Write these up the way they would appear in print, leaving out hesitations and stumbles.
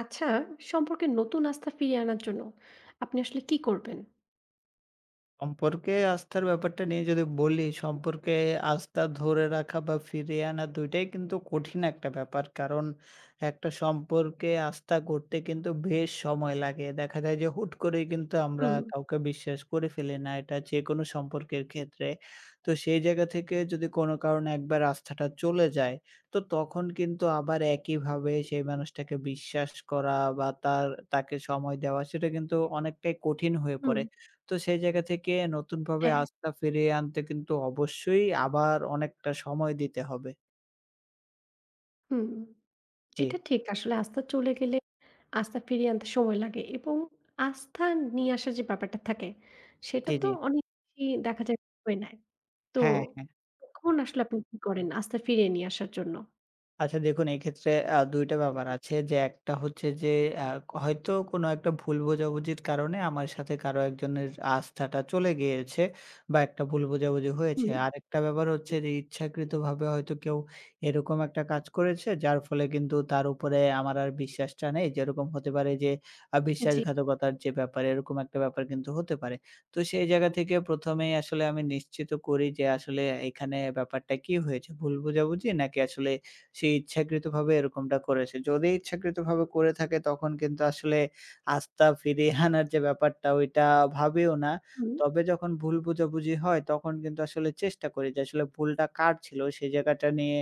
আচ্ছা, সম্পর্কে নতুন আস্থা ফিরিয়ে আনার জন্য আপনি আসলে কি করবেন? সম্পর্কে আস্থার ব্যাপারটা নিয়ে যদি বলি, সম্পর্কে আস্থা ধরে রাখা বা ফিরিয়ে আনা ২ টাই কিন্তু কঠিন একটা ব্যাপার। কারণ একটা সম্পর্কে আস্থা করতে কিন্তু বেশ সময় লাগে। দেখা যায় যে হুট করেই কিন্তু আমরা হুম, কাউকে বিশ্বাস করে ফেলি না। এটা যেকোনো সম্পর্কের ক্ষেত্রে। তো সেই জায়গা থেকে যদি কোনো কারণে একবার আস্থাটা চলে যায়, তো তখন কিন্তু আবার একইভাবে সেই মানুষটাকে বিশ্বাস করা বা তাকে সময় দেওয়া সেটা কিন্তু অনেকটাই কঠিন হয়ে হুম। পড়ে। তো সেই জায়গা থেকে নতুনভাবে হ্যাঁ, আস্থা ফিরিয়ে আনতে কিন্তু অবশ্যই আবার অনেকটা সময় দিতে হবে। হুম। জি, এটা ঠিক। আসলে আস্থা চলে গেলে আস্থা ফিরিয়ে আনতে সময় লাগে এবং আস্থা নিয়ে আসার যে ব্যাপারটা থাকে সেটা জি, তো জি। অনেক বেশি দেখা যায় হয়ে নেয়। তো হ্যাঁ, হ্যাঁ। তখন আসলে আপনি কি করেন আস্থা ফিরিয়ে নিয়ে আসার জন্য? আচ্ছা দেখুন এক্ষেত্রে ২ টা ব্যাপার আছে যে একটা হচ্ছে যে আ হয়তো কোনো একটা ভুল বোঝাবুঝির কারণে আমার সাথে কারো একজনের আস্থাটা চলে গিয়েছে বা একটা ভুল বোঝাবুঝি হয়েছে। হুম। আরেকটা ব্যাপার হচ্ছে যে ইচ্ছাকৃতভাবে হয়তো কেউ এরকম একটা কাজ করেছে যার ফলে কিন্তু তার উপরে আমার আর বিশ্বাসটা নেই। যেরকম হতে পারে যে জি। বিশ্বাসঘাতকতার যে ব্যাপার এরকম একটা ব্যাপার কিন্তু হতে পারে। তো সেই জায়গা থেকে ১ম এই আসলে আমি নিশ্চিত করি যে আসলে এখানে ব্যাপারটা কি হয়েছে ভুল বোঝাবুঝি নাকি আসলে সে ইচ্ছাকৃতভাবে এরকমটা করেছে। যদি ইচ্ছাকৃতভাবে করে থাকে তখন কিন্তু আসলে আস্থা ফিরিয়ে আনার যে ব্যাপারটা ওইটা ভাবিও না। হুম, তবে যখন ভুল বোঝাবুঝি হয় তখন কিন্তু আসলে চেষ্টা করি যে আসলে ভুলটা কার ছিল সেই জায়গাটা নিয়ে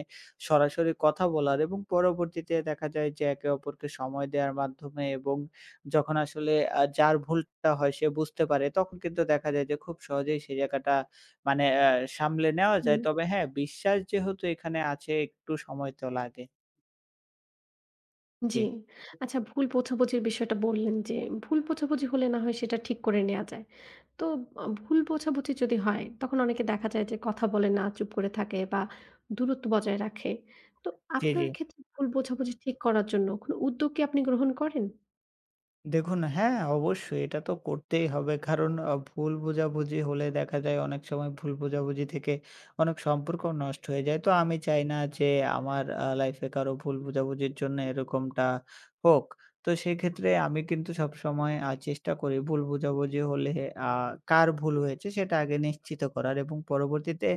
সরাসরি কথা বলার এবং পরবর্তীতে দেখা যায় যে একে অপরকে সময় দেওয়ার মাধ্যমে এবং যখন আসলে যার ভুলটা হয় সে বুঝতে পারে তখন কিন্তু দেখা যায় যে খুব সহজেই সেই জায়গাটা মানে সামলে নেওয়া যায়। হুম। তবে হ্যাঁ, বিশ্বাস যেহেতু এখানে আছে একটু সময় তো লাগে। জি। জি। আচ্ছা ভুল বোঝাবুঝির বিষয়টা বললেন যে, ভুল বোঝাবুঝি হলে না হয় সেটা ঠিক করে নেয়া যায়। তো ভুল বোঝাবুঝি যদি হয় তখন অনেকে দেখা যায় যে কথা বলে না, চুপ করে থাকে বা দূরত্ব বজায় রাখে। তো জি, জি। আপনার ক্ষেত্রে ভুল বোঝাবুঝি ঠিক করার জন্য কোনো উদ্যোগ কি আপনি গ্রহণ করেন? দেখুন, হ্যাঁ, অবশ্যই এটা তো করতেই হবে। কারণ ভুল বোঝাবুঝি হলে দেখা যায় অনেক সময় ভুল বোঝাবুঝি থেকে অনেক সম্পর্ক নষ্ট হয়ে যায়। তো আমি চাই না যে আমার লাইফে কারো ভুল বোঝাবুঝির জন্য এরকমটা হোক। তো সেক্ষেত্রে আমি কিন্তু সবসময় চেষ্টা করি ভুল বোঝাবুঝি হলে আ কার ভুল হয়েছে সেটা আগে নিশ্চিত করার এবং পরবর্তীতে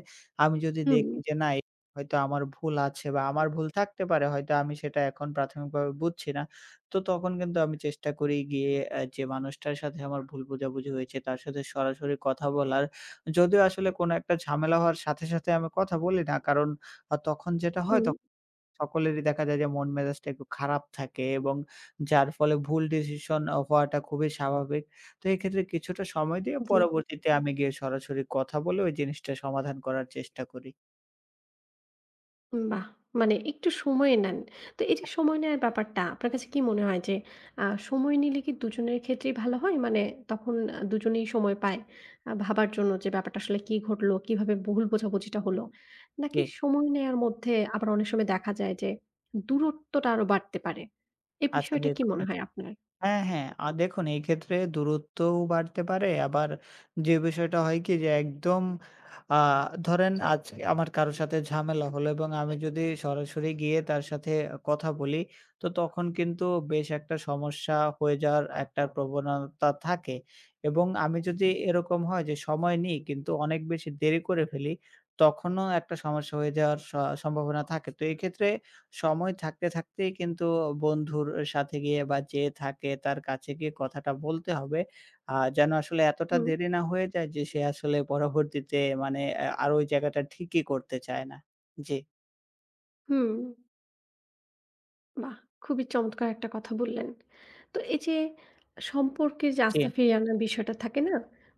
আমি যদি হুম, দেখি যে না, হয়তো আমার ভুল আছে বা আমার ভুল থাকতে পারে হয়তো আমি সেটা এখন প্রাথমিকভাবে বুঝছি না। তো তখন কিন্তু আমি চেষ্টা করি গিয়ে যে মানুষটার সাথে আমার ভুল বোঝাবুঝি হয়েছে তার সাথে সরাসরি কথা বলার। যদিও আসলে কোনো একটা ঝামেলা হওয়ার সাথে, সাথে আমি কথা বলি না। কারণ তখন যেটা হয় হুম, তখন সকলেরই দেখা যায় যে মন মেজাজটা একটু খারাপ থাকে এবং যার ফলে ভুল ডিসিশন হওয়াটা খুবই স্বাভাবিক। তো এক্ষেত্রে কিছুটা সময় দিয়ে জি। পরবর্তীতে আমি গিয়ে সরাসরি কথা বলে ওই জিনিসটা সমাধান করার চেষ্টা করি। বাহ! মানে একটু সময় নেন। তো এই যে সময় নেওয়ার ব্যাপারটা আপনার কাছে কি মনে হয় যে আ সময় নিলে কি দুজনের ক্ষেত্রেই ভালো হয়? মানে তখন দুজনেই সময় জি, পায় ভাবার জন্য যে ব্যাপারটা আসলে কি ঘটলো, কিভাবে ভুল বোঝাবুঝিটা হলো? নাকি জি। সময় নেয়ার মধ্যে আবার অনেক সময় দেখা যায় যে দূরত্বটা আরো বাড়তে পারে? এ আচ্ছা বিষয়টা কি মনে দেখুন হয় আপনার? হ্যাঁ, হ্যাঁ। দেখুন এই ক্ষেত্রে দূরত্বও বাড়তে পারে। আবার যে বিষয়টা হয় কি যে একদম আ ধরেন আজ আমার কারো সাথে ঝামেলা হলো এবং আমি যদি সরাসরি গিয়ে তার সাথে কথা বলি, তো তখন কিন্তু বেশ একটা সমস্যা হয়ে যাওয়ার একটা প্রবণতা থাকে। এবং আমি যদি এরকম হয় যে সময় নিই কিন্তু অনেক বেশি দেরি করে ফেলি, তখনও একটা সমস্যা হয়ে যাওয়ার সম্ভাবনা থাকে। তো এক্ষেত্রে সময় থাকতে, থাকতেই কিন্তু বন্ধুর সাথে গিয়ে বা যে থাকে তার কাছে গিয়ে কথাটা বলতে হবে। যেন আসলে এতটা হুম, দেরি না হয়ে যায় যে সে আসলে পরবর্তীতে মানে আর ওই জায়গাটা ঠিকই করতে চায় না। জি, হুম। বাহ! খুবই চমৎকার একটা কথা বললেন। তো এই যে সম্পর্কের যে জি। আস্থা ফিরিয়ে আনার বিষয়টা থাকে না?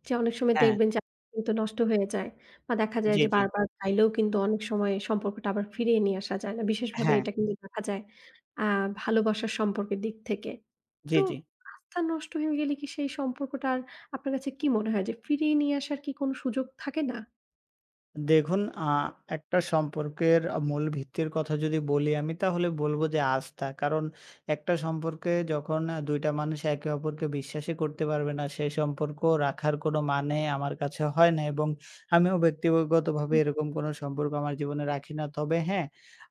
যে অনেক সময় হ্যাঁ, দেখবেন যে আস্থা কিন্তু নষ্ট হয়ে যায় বা দেখা যায় জি, যে জি। বারবার চাইলেও কিন্তু অনেক সময় সম্পর্কটা আবার ফিরিয়ে নিয়ে আসা যায় না। বিশেষভাবে হ্যাঁ, এটা কিন্তু দেখা যায় আ ভালোবাসার সম্পর্কের দিক থেকে। জি, তো জি। আস্থা নষ্ট হয়ে গেলে কি সেই সম্পর্কটা আর আপনার কাছে কি মনে হয় যে ফিরিয়ে নিয়ে আসার কি কোনো সুযোগ থাকে না? দেখুন, একটা সম্পর্কের মূল ভিত্তির কথা যদি বলি আমি তাহলে বলব যে আস্থা। কারণ একটা সম্পর্কে যখন ২ টা মানুষ একে অপরকে বিশ্বাসই করতে পারবে না, সেই সম্পর্ক রাখার কোনো মানে আমার কাছে হয় না এবং আমিও ব্যক্তিগতভাবে হুম, এরকম কোনো সম্পর্ক আমার জীবনে রাখি না। তবে হ্যাঁ,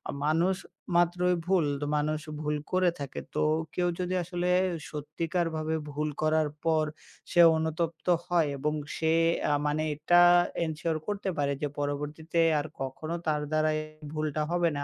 মানুষ মাত্রই ভুল। তো মানুষ ভুল করে থাকে। তো কেউ যদি আসলে সত্যিকারভাবে ভুল করার পর সে অনুতপ্ত হয় এবং সে মানে এটা এনশিওর করতে পারে যে পরবর্তীতে আর কখনো তার দ্বারা এই ভুলটা হবে না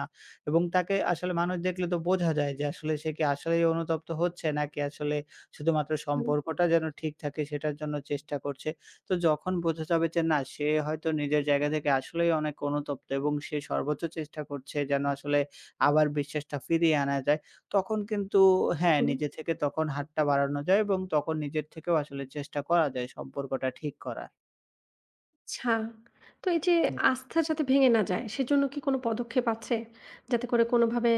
এবং তাকে আসলে মানুষ দেখলে তো বোঝা যায় যে আসলে সে কি আসলেই অনুতপ্ত হচ্ছে নাকি আসলে শুধুমাত্র হুম, সম্পর্কটা যেন ঠিক থাকে সেটার জন্য চেষ্টা করছে। তো যখন বোঝা যাবে যে না সে হয়তো নিজের জায়গা থেকে আসলেই অনেক অনুতপ্ত এবং সে সর্বোচ্চ চেষ্টা করছে যেন আসলে আবার বিশ্বাসটা ফিরিয়ে আনা যায়। তখন কিন্তু হ্যাঁ, হুম। নিজে থেকে তখন হাতটা বাড়ানো যায় এবং তখন নিজের থেকেও আসলে চেষ্টা করা যায় সম্পর্কটা ঠিক করার। আচ্ছা। তো এই যে জি, আস্থা যাতে ভেঙে না যায় সেজন্য কি কোনো পদক্ষেপ আছে? যাতে করে কোনোভাবে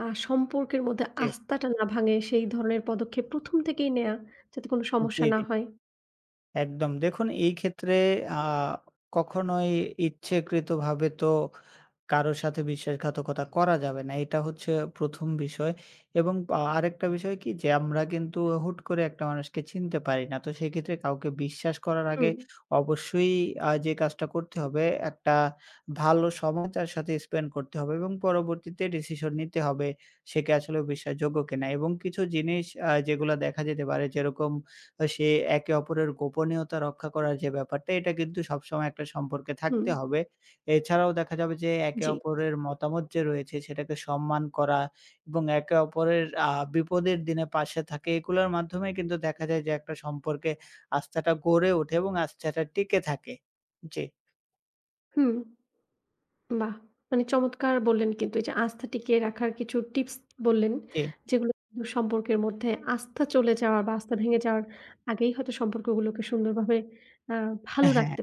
সম্পর্কের মধ্যে জি। আস্থাটা না ভাঙে সেই ধরনের পদক্ষেপ ১ম থেকেই নেয়া যাতে কোনো জি, সমস্যা না জি। হয়। একদম। দেখুন এই ক্ষেত্রে আ কখনোই ইচ্ছাকৃতভাবে তো কারো সাথে বিশ্বাসঘাতকতা করা যাবে না। এটা হচ্ছে ১ম বিষয় এবং আরেকটা বিষয় কি যে আমরা কিন্তু হুট করে একটা মানুষকে চিনতে পারি না। তো সেক্ষেত্রে কাউকে বিশ্বাস করার আগে হুম, অবশ্যই যে কাজটা করতে হবে একটা ভালো সময় তার সাথে স্পেন্ড করতে হবে এবং পরবর্তীতে ডিসিশন নিতে হবে সে কি আসলে বিশ্বাসযোগ্য কিনা এবং কিছু জিনিস যেগুলা দেখা যেতে পারে যেরকম সে একে অপরের গোপনীয়তা রক্ষা করার যে ব্যাপারটা এটা কিন্তু সবসময় একটা সম্পর্কে হুম, থাকতে হবে। এছাড়াও দেখা যাবে যে একে জি, অপরের মতামত যে রয়েছে সেটাকে সম্মান করা এবং একে অপরের বিপদের দিনে পাশে থাকে এগুলোর মাধ্যমে কিন্তু দেখা যায় যে একটা সম্পর্কে আস্থাটা গড়ে ওঠে এবং আস্থাটা টিকে থাকে। জি, হুম, বাহ! মানে চমৎকার বললেন কিন্তু এই যে আস্থা টিকিয়ে রাখার কিছু টিপস বললেন যেগুলো কিন্তু সম্পর্কের মধ্যে আস্থা চলে যাওয়ার বা আস্থা ভেঙে যাওয়ার আগেই হয়তো সম্পর্কগুলোকে সুন্দরভাবে আ ভালো জি। রাখতে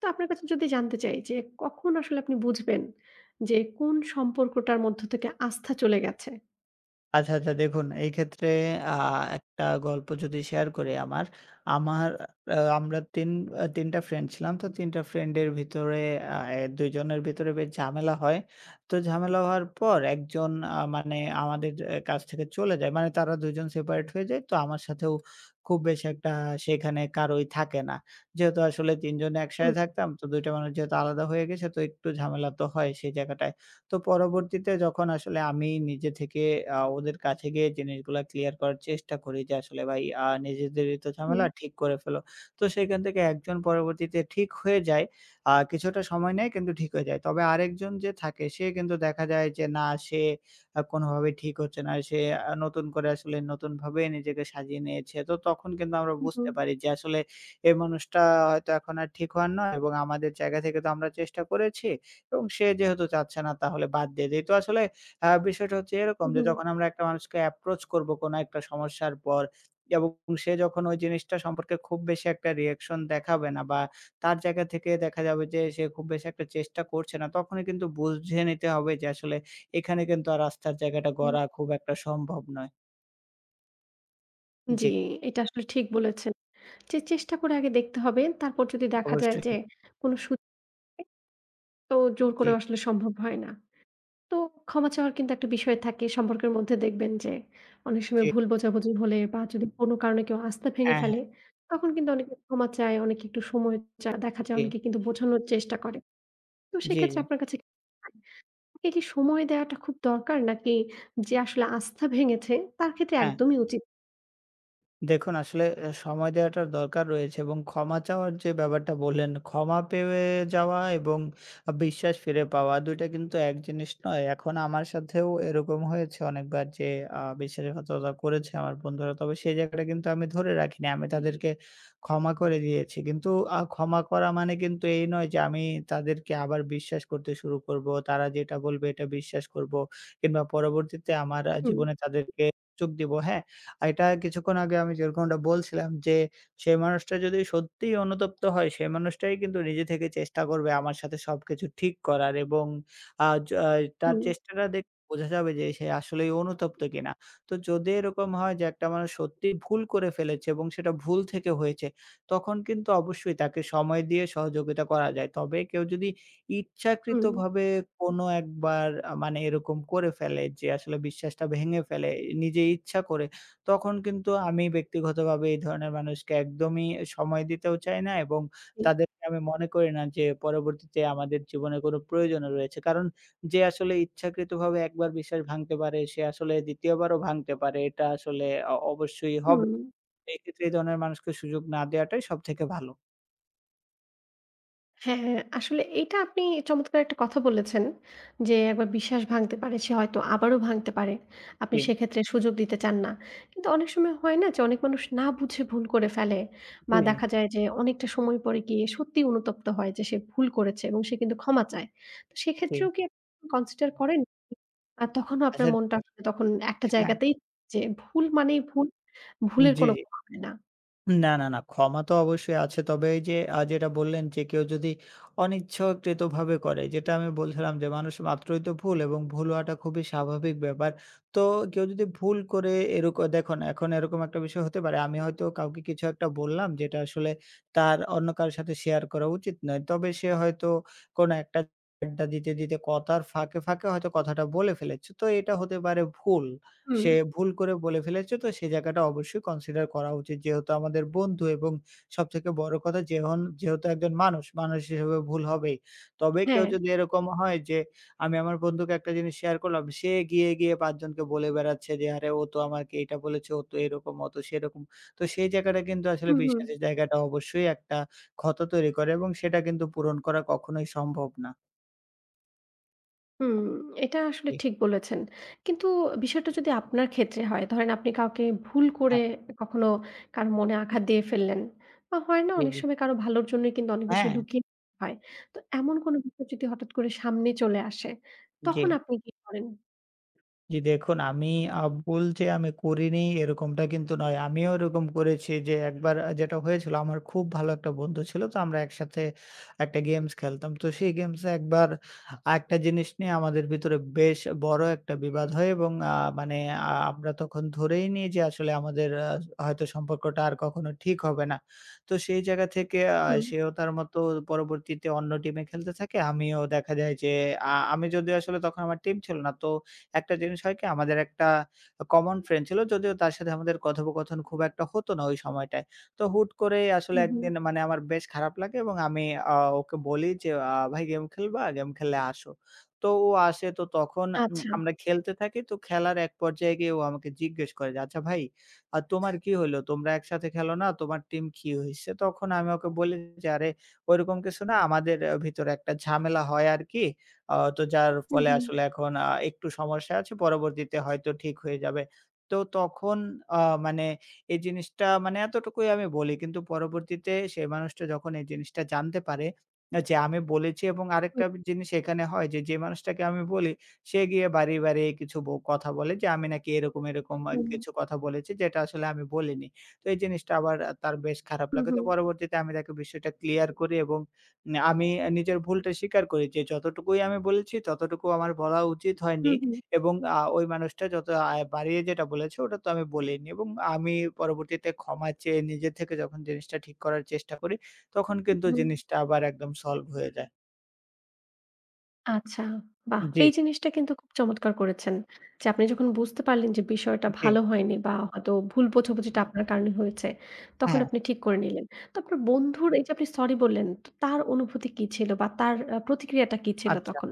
তো আপনার কাছে যদি জানতে চাই যে কখন আসলে আপনি বুঝবেন যে কোন সম্পর্কটার মধ্য থেকে আস্থা চলে গেছে? আচ্ছা, আচ্ছা দেখুন এই ক্ষেত্রে আ একটা গল্প যদি শেয়ার করি আমার, আমরা ৩ টা ফ্রেন্ড ছিলাম। তো ৩ টা ফ্রেন্ডের ভিতরে আ এ ২ জনের ভিতরে বেশ ঝামেলা হয়। তো ঝামেলা হওয়ার পর একজন মানে আমাদের কাছ থেকে চলে যায়। মানে তারা ২ জন সেপারেট হয়ে যায়। তো আমার সাথেও খুব বেশি একটা সেখানে কারোই থাকে না। যেহেতু আসলে ৩ জন একসাথে হুম, থাকতাম। তো ২ টা মানুষ যেহেতু আলাদা হয়ে গেছে তো একটু ঝামেলা তো হয় সেই জায়গাটায়। তো পরবর্তীতে যখন আসলে আমি নিজে থেকে ওদের কাছে গিয়ে জিনিসগুলা ক্লিয়ার করার চেষ্টা করি যে, "আসলে ভাই নিজেদেরই তো ঝামেলা, হুম, ঠিক করে ফেলো।" তো সেখান থেকে একজন পরবর্তীতে ঠিক হয়ে যায়। কিছুটা সময় নেয় কিন্তু ঠিক হয়ে যায়। তবে আরেকজন যে থাকে সে কিন্তু দেখা যায় যে না সে কোনোভাবেই ঠিক হচ্ছে না। সে নতুন করে আসলে নতুনভাবে নিজেকে সাজিয়ে নিয়েছে। তো তখন কিন্তু আমরা বুঝতে হুম, পারি যে আসলে এই মানুষটা হয়তো এখন আর ঠিক হওয়ার নয় এবং আমাদের জায়গা থেকে তো আমরা চেষ্টা করেছি। এবং সে যেহেতু চাচ্ছে না তাহলে বাদ দিয়ে দেই। তো আসলে বিষয়টা হচ্ছে এরকম যে হুম, যখন আমরা একটা মানুষকে অ্যাপ্রোচ করব কোনো একটা সমস্যার পর এবং সে যখন ওই জিনিসটা সম্পর্কে খুব বেশি একটা রিঅ্যাকশন দেখাবে না বা তার জায়গা থেকে দেখা যাবে যে সে খুব বেশি একটা চেষ্টা করছে না, তখনই কিন্তু বুঝে নিতে হবে যে আসলে এখানে কিন্তু আর আস্থার জায়গাটা হুম। গড়া খুব একটা সম্ভব নয়। জি, জি, এটা আসলে ঠিক বলেছেন। যে চেষ্টা করে আগে দেখতে হবে। তারপর যদি দেখা যায় অবশ্যই। যে কোনো সুযোগে তো জোর জি, করেও আসলে সম্ভব হয় না। তো ক্ষমা চাওয়ার কিন্তু একটা বিষয় থাকে সম্পর্কের মধ্যে দেখবেন যে অনেক সময় জি। ভুল বোঝাবুঝি হলে বা যদি কোনো কারণে কেউ আস্থা ভেঙে হ্যাঁ, হ্যাঁ। ফেলে তখন কিন্তু অনেকে ক্ষমা চায়, অনেকে একটু সময় চায়। দেখা যায় জি, অনেকে কিন্তু বোঝানোর চেষ্টা করে। তো জি, সেক্ষেত্রে জি। আপনার কাছে তাকে কি সময় দেওয়াটা খুব দরকার? নাকি যে আসলে আস্থা ভেঙেছে তার ক্ষেত্রে হ্যাঁ। একদমই উচিত? দেখুন আসলে এ সময় দেওয়াটার দরকার রয়েছে এবং ক্ষমা চাওয়ার যে ব্যাপারটা বললেন, ক্ষমা পেয়ে যাওয়া এবং বিশ্বাস ফিরে পাওয়া ২ টা কিন্তু এক জিনিস নয়। এখন আমার সাথেও এরকম হয়েছে অনেকবার যে বিশ্বাসঘাতকতা করেছে আমার বন্ধুরা। তবে সেই জায়গাটা কিন্তু আমি ধরে রাখিনি। আমি তাদেরকে ক্ষমা করে দিয়েছি। কিন্তু ক্ষমা করা মানে কিন্তু এই নয় যে আমি তাদেরকে আবার বিশ্বাস করতে শুরু করব। তারা যেটা বলবে এটা বিশ্বাস করব কিংবা পরবর্তীতে আমার হুম, জীবনে তাদেরকে সুযোগ দিব। হ্যাঁ? আর এটা কিছুক্ষণ আগে আমি যেরকমটা বলছিলাম যে, সে মানুষটা যদি সত্যিই অনুতপ্ত হয়, সে মানুষটাই কিন্তু নিজে থেকে চেষ্টা করবে আমার সাথে সবকিছু ঠিক করার এবং তার হুম, চেষ্টাটা দেখে বোঝা যাবে যে সে আসলেই অনুতপ্ত কিনা। তো যদি এরকম হয় যে একটা মানুষ সত্যিই ভুল করে ফেলেছে এবং সেটা ভুল থেকে হয়েছে, তখন কিন্তু অবশ্যই তাকে সময় দিয়ে সহযোগিতা করা যায়। তবে কেউ যদি হুম, ইচ্ছাকৃতভাবে কোনো একবার মানে এরকম করে ফেলে যে আসলে বিশ্বাসটা ভেঙে ফেলে, নিজে ইচ্ছা করে তখন কিন্তু আমি ব্যক্তিগতভাবে এই ধরনের মানুষকে একদমই সময় দিতেও চাই না এবং জি, তাদেরকে আমি মনে করি না যে পরবর্তীতে আমাদের জীবনে কোনো প্রয়োজনও রয়েছে। কারণ যে আসলে ইচ্ছাকৃতভাবে একবার বিশ্বাস ভাঙতে পারে, সে আসলে দ্বিতীয়বারও ভাঙতে পারে। এটা আসলে অবশ্যই হবে। হুম। এক্ষেত্রে এই ধরনের মানুষকে সুযোগ না দেওয়াটাই সবথেকে ভালো। হ্যাঁ, আসলে এইটা আপনি চমৎকার একটা কথা বলেছেন যে, একবার বিশ্বাস ভাঙতে পারে সে হয়তো আবারও ভাঙতে পারে। আপনি জি, সেক্ষেত্রে সুযোগ দিতে চান না। কিন্তু অনেক সময় হয় না যে, অনেক মানুষ না বুঝে ভুল করে ফেলে জি, বা জি, দেখা যায় যে, অনেকটা সময় পরে গিয়ে সত্যিই অনুতপ্ত হয় যে, সে ভুল করেছে এবং সে কিন্তু ক্ষমা চায়। তো জি। সেক্ষেত্রেও কি কনসিডার করেন? আর তখনও আপনার আসলে মনটা আসলে তখন একটা হ্যাঁ, জায়গাতেই যে, ভুল মানেই ভুল, জি। ভুলের কোনো জি ক্ষমা হয় না। না, না, না। ক্ষমা তো অবশ্যই আছে। তবে এই যে যেটা বললেন যে কেউ যদি অনিচ্ছাকৃতভাবে করে, যেটা আমি বলছিলাম যে মানুষ মাত্রই তো ভুল এবং ভুল হওয়াটা খুবই স্বাভাবিক ব্যাপার। তো কেউ যদি ভুল করে দেখুন এখন এরকম একটা বিষয় হতে পারে। আমি হয়তো কাউকে কিছু একটা বললাম যেটা আসলে তার অন্য কারো সাথে শেয়ার করা উচিত নয়। তবে সে হয়তো কোনো একটা আড্ডা দিতে, দিতে কথার ফাঁকে, ফাঁকে হয়তো কথাটা বলে ফেলেছে। তো এটা হতে পারে ভুল। হুম, সে ভুল করে বলে ফেলেছে তো সেই জায়গাটা অবশ্যই কনসিডার করা উচিত। যেহেতু আমাদের বন্ধু এবং সবথেকে বড় কথা যেহেতু একজন মানুষ, মানুষ হিসেবে ভুল হবেই। তবে কেউ হ্যাঁ। যদি এরকম হয় যে আমি আমার বন্ধুকে একটা জিনিস শেয়ার করলাম, সে গিয়ে, গিয়ে ৫ জনকে বলে বেড়াচ্ছে যে আরে ও তো আমাকে এটা বলেছে, ও তো এরকম, ও তো সেরকম। তো সেই জায়গাটা কিন্তু আসলে হুম, হুম। বিশ্বাসের জায়গাটা অবশ্যই একটা ক্ষত তৈরি করে এবং সেটা কিন্তু পূরণ করা কখনোই সম্ভব না। হুম, এটা আসলে জি, ঠিক বলেছেন। কিন্তু বিষয়টা যদি আপনার ক্ষেত্রে হয়, ধরেন আপনি কাউকে ভুল করে হ্যাঁ, কখনো কারো মনে আঘাত দিয়ে ফেললেন বা হয় না জি, অনেক জি। সময় কারো ভালোর জন্যই কিন্তু অনেক বিষয় হ্যাঁ, লুকিয়ে হয়। তো এমন কোনো বিষয় যদি হঠাৎ করে সামনে চলে আসে, জি। তখন আপনি কি করেন? জি, দেখুন আমি আ বলতে আমি করিনি এরকমটা কিন্তু নয়। আমিও এরকম করেছি যে একবার যেটা হয়েছিল আমার খুব ভালো একটা বন্ধু ছিল। তো আমরা একসাথে একটা গেমস খেলতাম। তো সেই গেমসে একবার একটা জিনিস নিয়ে আমাদের ভিতরে বেশ বড় একটা বিবাদ হয় এবং মানে আমরা তখন ধরেই নিই যে আসলে আমাদের হয়তো সম্পর্কটা আর কখনো ঠিক হবে না। তো সেই জায়গা থেকে হুম, সেও তার মতো পরবর্তীতে অন্য টিমে খেলতে থাকে। আমিও দেখা যায় যে আমি যদিও আসলে তখন আমার টিম ছিল না। তো একটা জিনিস হয় কি আমাদের একটা কমন ফ্রেন্ড ছিল। যদিও তার সাথে আমাদের কথোপকথন খুব একটা হতো না ওই সময়টায়। তো হুট করে আসলে হুম, হুম। একদিন মানে আমার বেশ খারাপ লাগে এবং আমি আ ওকে বলি যে, ভাই গেম খেলবা? গেম খেললে আসো।" তো ও আসে তো তখন আচ্ছা। আমরা খেলতে থাকি। তো খেলার এক পর্যায়ে গিয়ে ও আমাকে জিজ্ঞেস করে যে, "আচ্ছা ভাই তোমার কি হইলো? তোমরা একসাথে খেলো না? তোমার টিম কি হইছে?" তখন আমি ওকে বলি যে, "আরে ওইরকম কিছু না। আমাদের ভিতরে একটা ঝামেলা হয় আরকি। তো যার হুম, ফলে হুম, আসলে এখন একটু সমস্যা আছে। পরবর্তীতে হয়তো ঠিক হয়ে যাবে। তো তখন আ মানে এই জিনিসটা মানে এতটুকুই আমি বলি। কিন্তু পরবর্তীতে সেই মানুষটা যখন এই জিনিসটা জানতে পারে যে আমি বলেছি এবং আরেকটা হুম, জিনিস এখানে হয় যে, যে মানুষটাকে আমি বলি সে গিয়ে বাড়ি, বাড়ি কিছু কথা বলে যে আমি নাকি এরকম, এরকম হুম, কিছু কথা বলেছি যেটা আসলে আমি বলিনি। তো এই জিনিসটা আবার তার বেশ খারাপ হুম, লাগে। তো হুম, পরবর্তীতে আমি তাকে বিষয়টা ক্লিয়ার করি এবং না আমি নিজের ভুলটা স্বীকার করি যে যতটুকুই আমি বলেছি ততটুকু আমার বলা উচিত হয়নি হুম, হুম, এবং ওই মানুষটা যত বাড়িয়ে যেটা বলেছে ওটা তো আমি বলিনি এবং আমি পরবর্তীতে ক্ষমা চেয়ে নিজে থেকে যখন জিনিসটা ঠিক করার চেষ্টা করি তখন কিন্তু হুম। জিনিসটা আবার একদম সলভ হয়ে যায়। আচ্ছা, বাহ! জি, এই জিনিসটা কিন্তু খুব চমৎকার করেছেন। যে আপনি যখন বুঝতে পারলেন যে বিষয়টা জি। ভালো হয়নি বা হয়তো ভুল বোঝাবুঝিটা আপনার কারণে হয়েছে, তখন হ্যাঁ, আপনি ঠিক করে নিলেন। তো আপনার বন্ধুর এই যে আপনি সরি বললেন, তো তার অনুভূতি কি ছিল বা তার প্রতিক্রিয়াটা কি ছিল আচ্ছা। তখন?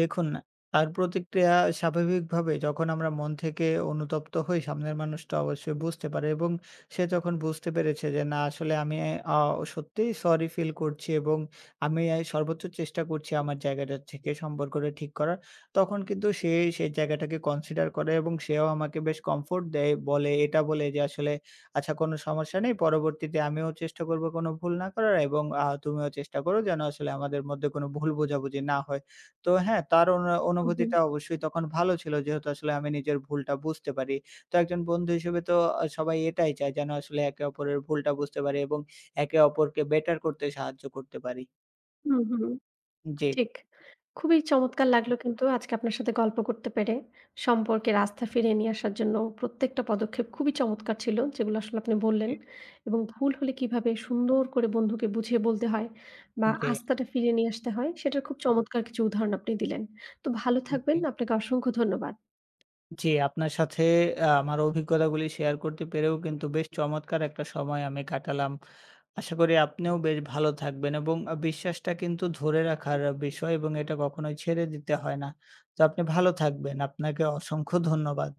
দেখুন, তার প্রতিক্রিয়া স্বাভাবিকভাবে যখন আমরা মন থেকে অনুতপ্ত হই, সামনের মানুষটা অবশ্যই বুঝতে পারে এবং সে যখন বুঝতে পেরেছে যে না আসলে আমি আ সত্যিই সরি ফিল করছি এবং আমি সর্বোচ্চ চেষ্টা করছি আমার জায়গাটা থেকে সম্পর্কটা ঠিক করার। তখন কিন্তু সে সেই জায়গাটাকে কনসিডার করে এবং সেও আমাকে বেশ কমফোর্ট দেয়। বলে যে আসলে আচ্ছা কোনো সমস্যা নেই। পরবর্তীতে আমিও চেষ্টা করব কোনো ভুল না করার এবং তুমিও চেষ্টা করো যেন আসলে আমাদের মধ্যে কোনো ভুল বোঝাবুঝি না হয়। তো হ্যাঁ, তার অনু হু, হু। অনুভূতিটা অবশ্যই তখন ভালো ছিল। যেহেতু আসলে আমি নিজের ভুলটা বুঝতে পারি। তো একজন বন্ধু হিসেবে তো সবাই এটাই চায় যেন আসলে একে অপরের ভুলটা বুঝতে পারি এবং একে অপরকে বেটার করতে সাহায্য করতে পারি। হু, হু। জি। ঠিক। খুবই চমৎকার লাগলো কিন্তু আজকে আপনার সাথে গল্প করতে পেরে। সম্পর্কের আস্থা ফিরিয়ে নিয়ে আসার জন্য প্রত্যেকটা পদক্ষেপ খুবই চমৎকার ছিল, যেগুলো আসলে আপনি বললেন। এ এবং ভুল হলে কিভাবে সুন্দর করে বন্ধুকে বুঝিয়ে বলতে হয় বা জি, আস্থাটা ফিরিয়ে নিয়ে আসতে হয়, সেটার খুব চমৎকার কিছু উদাহরণ আপনি দিলেন। তো ভালো জি, থাকবেন। আপনাকে অসংখ্য ধন্যবাদ। জি, আপনার সাথে আমার অভিজ্ঞতাগুলি শেয়ার করতে পেরেও কিন্তু বেশ চমৎকার একটা সময় আমি কাটালাম। আশা করি আপনিও বেশ ভালো থাকবেন এবং বিশ্বাসটা কিন্তু ধরে রাখার বিষয় এবং এটা কখনোই ছেড়ে দিতে হয় না। তো আপনি ভালো থাকবেন। আপনাকে অসংখ্য ধন্যবাদ।